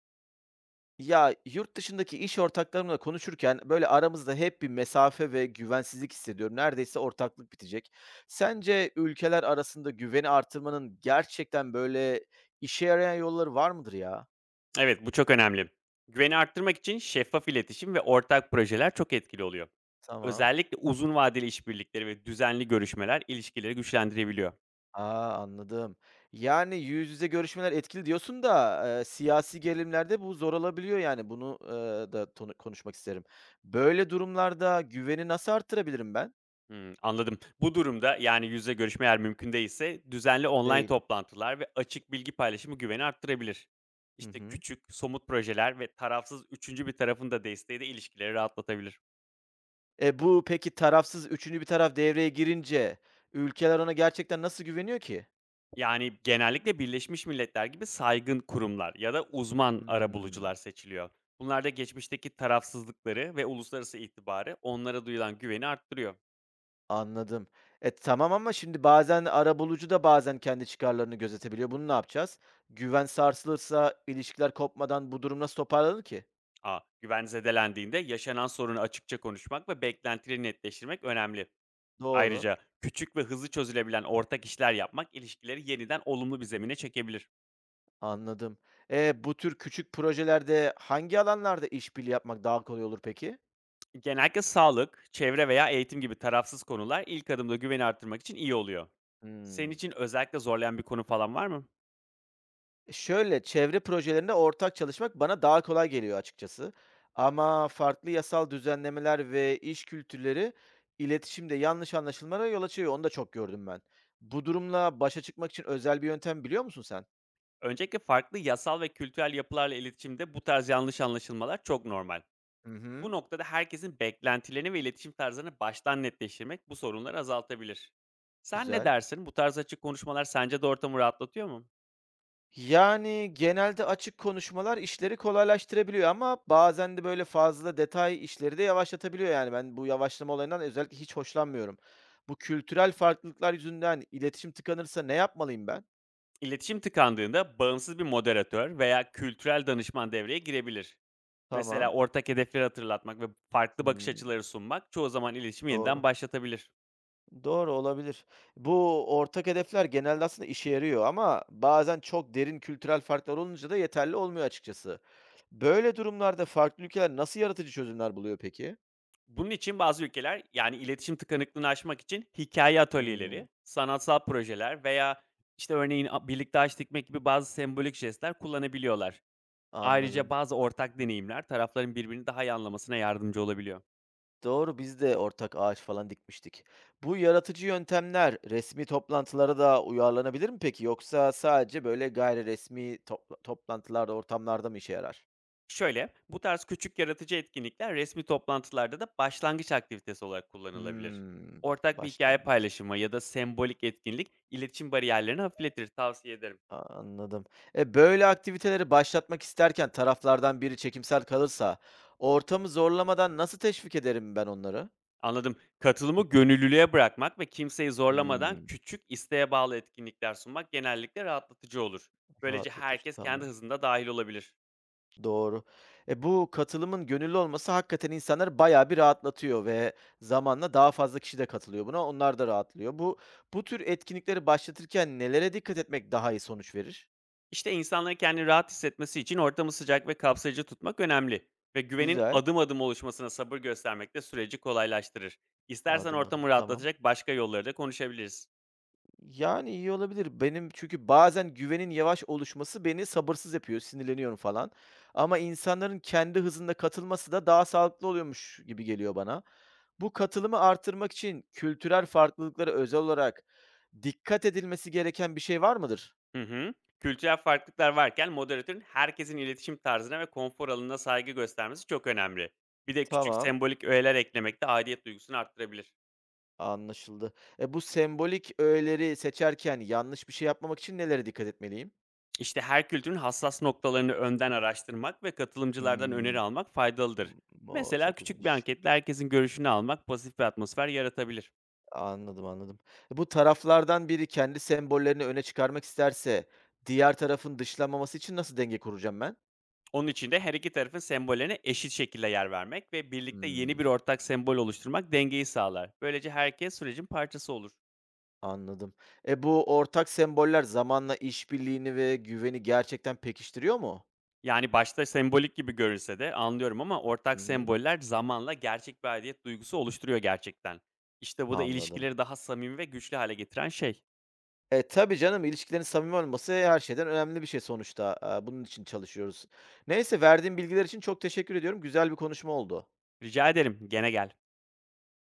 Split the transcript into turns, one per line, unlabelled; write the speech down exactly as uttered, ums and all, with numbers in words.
Ya, yurt dışındaki iş ortaklarımla konuşurken, böyle, aramızda hep bir mesafe ve güvensizlik hissediyorum. Neredeyse ortaklık bitecek. Sence ülkeler arasında güveni artırmanın gerçekten, böyle, işe yarayan yolları var mıdır ya?
Evet, bu çok önemli. Güveni arttırmak için şeffaf iletişim ve ortak projeler çok etkili oluyor.
Tamam.
Özellikle uzun vadeli işbirlikleri ve düzenli görüşmeler ilişkileri güçlendirebiliyor.
A, anladım. Yani, yüz yüze görüşmeler etkili diyorsun da, eee, siyasi gerilimlerde bu zor olabiliyor, yani. Bunu, eee, da tonu konuşmak isterim. Böyle durumlarda güveni nasıl artırabilirim ben?
Hmm, anladım. Bu durumda yani yüzde görüşme eğer mümkün değilse düzenli online
Değil.
toplantılar ve açık bilgi paylaşımı güveni arttırabilir.
Hı
İşte
hı.
küçük, somut projeler ve tarafsız üçüncü bir tarafın da desteği de ilişkileri rahatlatabilir.
E, bu peki tarafsız üçüncü bir taraf devreye girince ülkeler ona gerçekten nasıl güveniyor ki?
Yani, genellikle Birleşmiş Milletler gibi saygın kurumlar ya da uzman
Hımm,
arabulucular seçiliyor. Bunlar da geçmişteki tarafsızlıkları ve uluslararası itibarı onlara duyulan güveni arttırıyor.
anladım. E, tamam ama şimdi bazen arabulucu da bazen kendi çıkarlarını gözetebiliyor. Bunu ne yapacağız? Güven sarsılırsa ilişkiler kopmadan bu durum nasıl toparlanır ki?
A. Güven zedelendiğinde yaşanan sorunu açıkça konuşmak ve beklentileri netleştirmek önemli.
Doğru,
Ayrıca küçük ve hızlı çözülebilen ortak işler yapmak ilişkileri yeniden olumlu bir zemine çekebilir.
anladım. E bu tür küçük projelerde hangi alanlarda işbirliği yapmak daha kolay olur peki?
Genellikle sağlık, çevre veya eğitim gibi tarafsız konular ilk adımda güveni arttırmak için iyi oluyor. Senin
Hımm.
için özellikle zorlayan bir konu falan var mı?
Şöyle, çevre projelerinde ortak çalışmak bana daha kolay geliyor açıkçası. Ama farklı yasal düzenlemeler ve iş kültürleri iletişimde yanlış anlaşılmalara yol açıyor. Onu da çok gördüm ben. Bu durumla başa çıkmak için özel bir yöntem biliyor musun sen?
Öncelikle farklı yasal ve kültürel yapılarla iletişimde bu tarz yanlış anlaşılmalar çok normal.
Hı
Bu
hı,
noktada herkesin beklentilerini ve iletişim tarzını baştan netleştirmek bu sorunları azaltabilir. Sen ne
güzel.
dersin? Bu tarz açık konuşmalar sence de ortamı rahatlatıyor mu?
Yani genelde açık konuşmalar işleri kolaylaştırabiliyor ama bazen de böyle fazla detay işleri de yavaşlatabiliyor yani. Ben bu yavaşlama olayından özellikle hiç hoşlanmıyorum. Bu kültürel farklılıklar yüzünden iletişim tıkanırsa ne yapmalıyım ben?
İletişim tıkandığında bağımsız bir moderatör veya kültürel danışman devreye girebilir. Mesela
Tamam.
ortak hedefleri hatırlatmak ve farklı bakış
Hımm,
açıları sunmak çoğu zaman iletişimi yeniden
doğru.
başlatabilir.
Doğru, olabilir. Bu ortak hedefler genelde aslında işe yarıyor ama bazen çok derin kültürel farklar olunca da yeterli olmuyor açıkçası. Böyle durumlarda farklı ülkeler nasıl yaratıcı çözümler buluyor peki?
Bunun için bazı ülkeler, yani, iletişim tıkanıklığını aşmak için hikaye atölyeleri,
Hımm,
sanatsal projeler veya, işte, örneğin, a birlikte ağaç dikmek gibi bazı sembolik jestler kullanabiliyorlar. Ayrıca
anladım.
bazı ortak deneyimler tarafların birbirini daha iyi anlamasına yardımcı olabiliyor.
Doğru, biz de ortak ağaç falan dikmiştik. Bu yaratıcı yöntemler resmi toplantılara da uyarlanabilir mi peki yoksa sadece böyle gayri resmi topla toplantılarda, ortamlarda mı işe yarar?
Şöyle, bu tarz küçük yaratıcı etkinlikler resmi toplantılarda da başlangıç aktivitesi olarak kullanılabilir.
Hımm,
Ortak bir hikaye
başlangıç.
paylaşımı ya da sembolik etkinlik iletişim bariyerlerini hafifletir, tavsiye ederim.
Anladım. E, böyle aktiviteleri başlatmak isterken taraflardan biri çekimsel kalırsa ortamı zorlamadan nasıl teşvik ederim ben onları?
Anladım. Katılımı gönüllülüğe bırakmak ve kimseyi zorlamadan
Hımm,
küçük, isteğe bağlı etkinlikler sunmak genellikle rahatlatıcı olur. Böylece
rahatlatıcı,
herkes kendi
tamam.
hızında dahil olabilir.
Doğru. E, bu katılımın gönüllü olması hakikaten insanları bayağı bir rahatlatıyor ve zamanla daha fazla kişi de katılıyor buna. Onlar da rahatlıyor. Bu bu tür etkinlikleri başlatırken nelere dikkat etmek daha iyi sonuç verir?
İşte insanların kendini rahat hissetmesi için ortamı sıcak ve kapsayıcı tutmak önemli ve güvenin
Güzel.
adım adım oluşmasına sabır göstermek de süreci kolaylaştırır. İstersen
Adım adım,
ortamı
tamam.
rahatlatacak başka yolları da konuşabiliriz.
Yani, iyi olabilir. Benim çünkü bazen güvenin yavaş oluşması beni sabırsız yapıyor, sinirleniyorum falan ama insanların kendi hızında katılması da daha sağlıklı oluyormuş gibi geliyor bana. Bu katılımı artırmak için kültürel farklılıklara özel olarak dikkat edilmesi gereken bir şey var mıdır?
Hı hı. Kültürel farklılıklar varken moderatörün herkesin iletişim tarzına ve konfor alanına saygı göstermesi çok önemli. Bir de küçük
Tamam,
sembolik öğeler eklemek de aidiyet duygusunu arttırabilir.
anlaşıldı. E, bu sembolik öğeleri seçerken yanlış bir şey yapmamak için nelere dikkat etmeliyim?
İşte her kültürün hassas noktalarını önden araştırmak ve katılımcılardan öneri
Hımm.
almak faydalıdır.
O
Mesela
çok uzun
küçük bir
iş.
anketle herkesin görüşünü almak pasif bir atmosfer yaratabilir.
Anladım, anladım. E, bu taraflardan biri kendi sembollerini öne çıkarmak isterse diğer tarafın dışlanmaması için nasıl denge kuracağım ben?
Onun için de her iki tarafın sembollerine eşit şekilde yer vermek ve birlikte yeni bir
Hmm.
ortak sembol oluşturmak dengeyi sağlar. Böylece herkes sürecin parçası olur.
Anladım. E bu ortak semboller zamanla işbirliğini ve güveni gerçekten pekiştiriyor mu?
Yani, başta sembolik gibi görünse de anlıyorum ama
Hı
ortak
hı.
semboller zamanla gerçek bir aidiyet duygusu oluşturuyor gerçekten. İşte bu da
Anladım.
ilişkileri daha samimi ve güçlü hale getiren şey.
E tabii canım ilişkilerin samimi olması her şeyden önemli bir şey sonuçta. E, bunun için çalışıyoruz. Neyse verdiğin bilgiler için çok teşekkür ediyorum. Güzel bir konuşma oldu.
Rica ederim, gene gel.